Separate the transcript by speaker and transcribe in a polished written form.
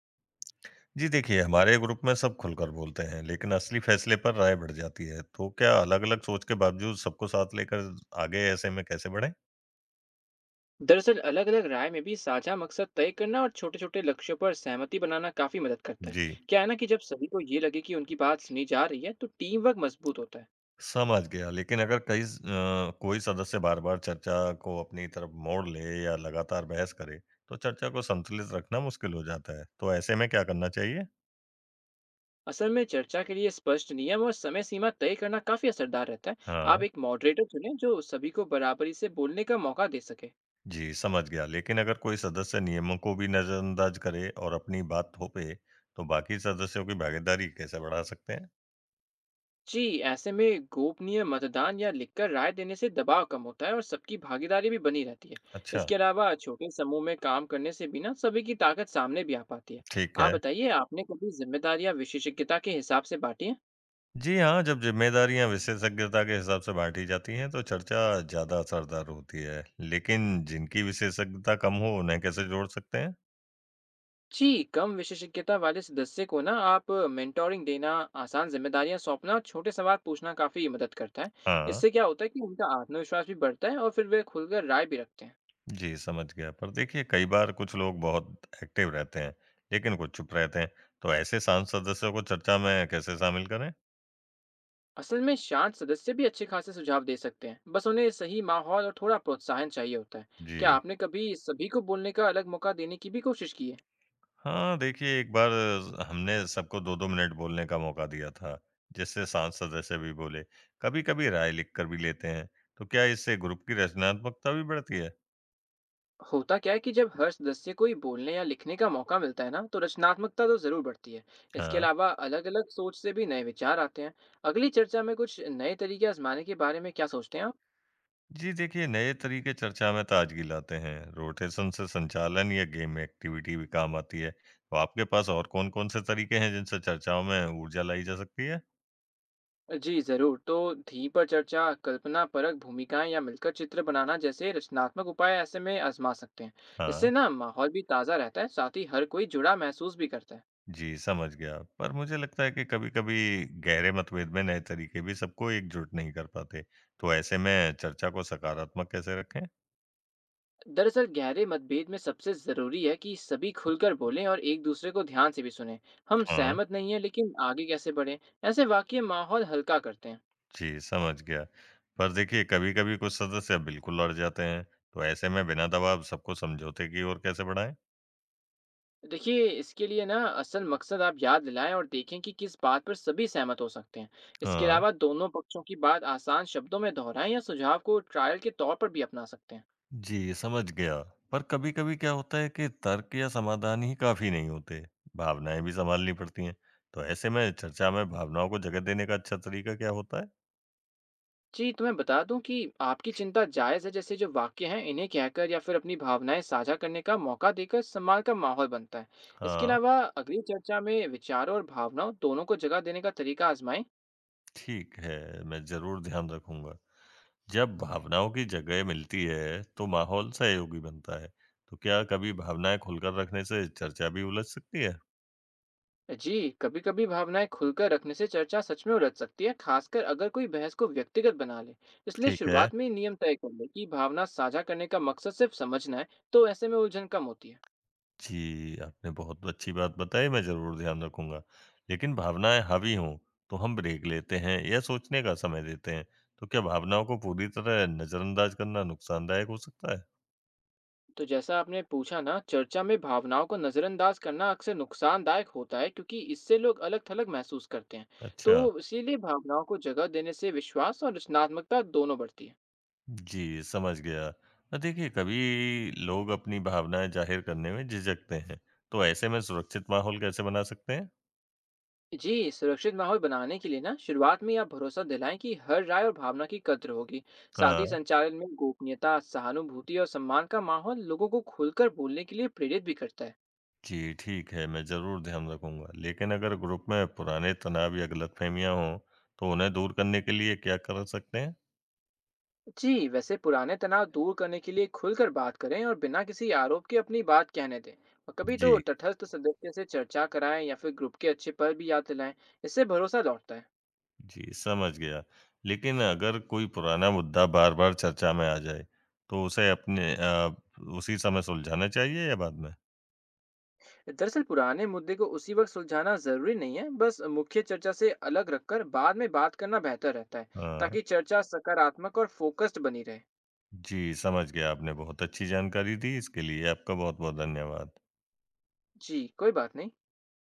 Speaker 1: जी देखिए, हमारे ग्रुप में सब खुलकर बोलते हैं, लेकिन असली फैसले पर राय बढ़ जाती है। तो क्या अलग-अलग सोच के बावजूद सबको साथ लेकर आगे ऐसे में कैसे बढ़ें?
Speaker 2: दरअसल अलग अलग राय में भी साझा मकसद तय करना और छोटे छोटे लक्ष्यों पर सहमति बनाना काफी मदद करता है।
Speaker 1: जी,
Speaker 2: क्या है ना कि जब सभी को ये लगे कि उनकी बात सुनी जा रही है तो टीम वर्क मजबूत होता है।
Speaker 1: समझ गया। लेकिन अगर कोई सदस्य बार-बार चर्चा को अपनी तरफ मोड़ ले या लगातार बहस करे, तो चर्चा को संतुलित रखना मुश्किल हो जाता है। तो ऐसे में क्या करना चाहिए?
Speaker 2: असल में चर्चा के लिए स्पष्ट नियम और समय सीमा तय करना काफी असरदार रहता है।
Speaker 1: हाँ,
Speaker 2: आप एक मॉडरेटर चुनें जो सभी को बराबरी से बोलने का मौका दे सके।
Speaker 1: जी समझ गया। लेकिन अगर कोई सदस्य नियमों को भी नज़रअंदाज करे और अपनी बात थोपे, तो बाकी सदस्यों की भागीदारी कैसे बढ़ा सकते हैं?
Speaker 2: जी ऐसे में गोपनीय मतदान या लिखकर राय देने से दबाव कम होता है और सबकी भागीदारी भी बनी रहती है।
Speaker 1: अच्छा,
Speaker 2: इसके अलावा छोटे समूह में काम करने से भी ना सभी की ताकत सामने भी आ पाती है।
Speaker 1: ठीक है।
Speaker 2: आप बताइए आपने कभी जिम्मेदारी या विशेषज्ञता के हिसाब से बांटी है।
Speaker 1: जी हाँ, जब ज़िम्मेदारियाँ विशेषज्ञता के हिसाब से बाँटी जाती हैं, तो चर्चा ज़्यादा असरदार होती है। लेकिन जिनकी विशेषज्ञता कम हो, उन्हें कैसे जोड़ सकते हैं?
Speaker 2: जी कम विशेषज्ञता वाले सदस्य को ना आप मेंटोरिंग देना, आसान जिम्मेदारियां सौंपना और छोटे सवाल पूछना काफी मदद करता है।
Speaker 1: हाँ,
Speaker 2: इससे क्या होता है कि उनका आत्मविश्वास भी बढ़ता है और फिर वे खुलकर राय भी रखते हैं।
Speaker 1: जी समझ गया। पर देखिए, कई बार कुछ लोग बहुत एक्टिव रहते हैं, लेकिन कुछ चुप रहते हैं। तो ऐसे शांत सदस्यों को चर्चा में कैसे शामिल करें?
Speaker 2: असल में शांत सदस्य भी अच्छे खासे सुझाव दे सकते हैं, बस उन्हें सही माहौल और थोड़ा प्रोत्साहन चाहिए होता है। क्या
Speaker 1: जी।
Speaker 2: आपने कभी सभी को बोलने का अलग मौका देने की भी कोशिश की है?
Speaker 1: हाँ, देखिए एक बार हमने सबको 2-2 मिनट बोलने का मौका दिया था, जिससे शांत सदस्य भी बोले। कभी-कभी राय लिख कर भी लेते हैं। तो क्या इससे ग्रुप की रचनात्मकता भी बढ़ती है?
Speaker 2: होता क्या है कि जब हर सदस्य को ही बोलने या लिखने का मौका मिलता है ना तो रचनात्मकता तो जरूर बढ़ती है। इसके
Speaker 1: हाँ।
Speaker 2: अलावा अलग अलग सोच से भी नए विचार आते हैं। अगली चर्चा में कुछ नए तरीके आजमाने के बारे में क्या सोचते हैं आप?
Speaker 1: जी देखिए, नए तरीके चर्चा में ताजगी लाते हैं। रोटेशन से संचालन या गेम एक्टिविटी भी काम आती है। तो आपके पास और कौन-कौन से तरीके हैं जिनसे चर्चाओं में ऊर्जा लाई जा सकती है?
Speaker 2: जी जरूर तो थीम पर चर्चा, कल्पना परक भूमिकाएं या मिलकर चित्र बनाना जैसे रचनात्मक उपाय ऐसे में आजमा सकते हैं।
Speaker 1: हाँ,
Speaker 2: इससे ना माहौल भी ताज़ा रहता है, साथ ही हर कोई जुड़ा महसूस भी करता है।
Speaker 1: जी समझ गया। पर मुझे लगता है कि कभी-कभी गहरे मतभेद में नए तरीके भी सबको एकजुट नहीं कर पाते। तो ऐसे में चर्चा को सकारात्मक कैसे रखें?
Speaker 2: दरअसल गहरे मतभेद में सबसे ज़रूरी है कि सभी खुलकर बोलें और एक दूसरे को ध्यान से भी सुनें। हम
Speaker 1: हाँ,
Speaker 2: सहमत नहीं हैं लेकिन आगे कैसे बढ़ें, ऐसे वाक्य माहौल हल्का करते हैं।
Speaker 1: जी समझ गया। पर देखिए कभी-कभी कुछ सदस्य बिल्कुल अड़ जाते हैं। तो ऐसे में बिना दबाव सबको समझौते की ओर कैसे बढ़ाएँ?
Speaker 2: देखिए इसके लिए ना असल मकसद आप याद दिलाएं और देखें कि किस बात पर सभी सहमत हो सकते हैं। इसके
Speaker 1: हाँ।
Speaker 2: अलावा दोनों पक्षों की बात आसान शब्दों में दोहराएं या सुझाव को ट्रायल के तौर पर भी अपना सकते हैं।
Speaker 1: जी, समझ गया। पर कभी-कभी क्या होता है कि तर्क या समाधान ही काफ़ी नहीं होते, भावनाएँ भी सँभालनी पड़ती हैं। तो ऐसे में चर्चा में भावनाओं को जगह देने का अच्छा तरीका क्या होता है?
Speaker 2: जी तो मैं बता दूं कि आपकी चिंता जायज़ है जैसे जो वाक्य हैं इन्हें कहकर या फिर अपनी भावनाएं साझा करने का मौका देकर सम्मान का माहौल बनता है। इसके
Speaker 1: हाँ,
Speaker 2: अलावा अगली चर्चा में विचारों और भावनाओं दोनों को जगह देने का तरीका आजमाएं।
Speaker 1: ठीक है, मैं ज़रूर ध्यान रखूँगा। जब भावनाओं की जगह मिलती है, तो माहौल सहयोगी बनता है। तो क्या कभी भावनाएँ खुलकर रखने से चर्चा भी उलझ सकती है?
Speaker 2: जी कभी-कभी भावनाएं खुलकर रखने से चर्चा सच में उलझ सकती है, खासकर अगर कोई बहस को व्यक्तिगत बना ले। इसलिए
Speaker 1: ठीक है।
Speaker 2: शुरुआत में ही नियम तय कर ले कि भावना साझा करने का मकसद सिर्फ समझना है। तो ऐसे में उलझन कम होती है।
Speaker 1: जी, आपने बहुत अच्छी बात बताई, मैं ज़रूर ध्यान रखूँगा। लेकिन भावनाएँ हावी हों, तो हम ब्रेक लेते हैं या सोचने का समय देते हैं, तो क्या भावनाओं को पूरी तरह नज़रअंदाज करना नुकसानदायक हो सकता है?
Speaker 2: तो जैसा आपने पूछा ना, चर्चा में भावनाओं को नज़रअंदाज करना अक्सर नुकसानदायक होता है क्योंकि इससे लोग अलग थलग महसूस करते हैं।
Speaker 1: अच्छा,
Speaker 2: तो इसीलिए भावनाओं को जगह देने से विश्वास और रचनात्मकता दोनों बढ़ती है।
Speaker 1: जी, समझ गया। देखिए, कभी लोग अपनी भावनाएँ ज़ाहिर करने में झिझकते हैं, तो ऐसे में सुरक्षित माहौल कैसे बना सकते हैं?
Speaker 2: जी सुरक्षित माहौल बनाने के लिए ना शुरुआत में ही आप भरोसा दिलाएं कि हर राय और भावना की कद्र होगी। साथ ही
Speaker 1: हाँ,
Speaker 2: संचालन में गोपनीयता, सहानुभूति और सम्मान का माहौल लोगों को खुलकर बोलने के लिए प्रेरित भी करता है।
Speaker 1: जी, ठीक है, मैं ज़रूर ध्यान रखूँगा। लेकिन अगर ग्रुप में पुराने तनाव या गलतफ़हमियाँ हों, तो उन्हें दूर करने के लिए क्या कर सकते हैं?
Speaker 2: जी वैसे पुराने तनाव दूर करने के लिए खुलकर बात करें और बिना किसी आरोप के अपनी बात कहने दें। और कभी तो
Speaker 1: जी,
Speaker 2: तटस्थ सदस्य से चर्चा कराएं या फिर ग्रुप के अच्छे पल भी याद दिलाएं। इससे भरोसा लौटता है।
Speaker 1: जी, समझ गया। लेकिन अगर कोई पुराना मुद्दा बार-बार चर्चा में आ जाए, तो उसे उसी समय सुलझाना चाहिए या बाद में?
Speaker 2: दरअसल पुराने मुद्दे को उसी वक्त सुलझाना जरूरी नहीं है, बस मुख्य चर्चा से अलग रखकर बाद में बात करना बेहतर रहता है,
Speaker 1: हाँ,
Speaker 2: ताकि चर्चा सकारात्मक और फोकस्ड बनी रहे।
Speaker 1: जी, समझ गया। आपने बहुत अच्छी जानकारी दी, इसके लिए आपका बहुत-बहुत धन्यवाद।
Speaker 2: जी कोई बात नहीं।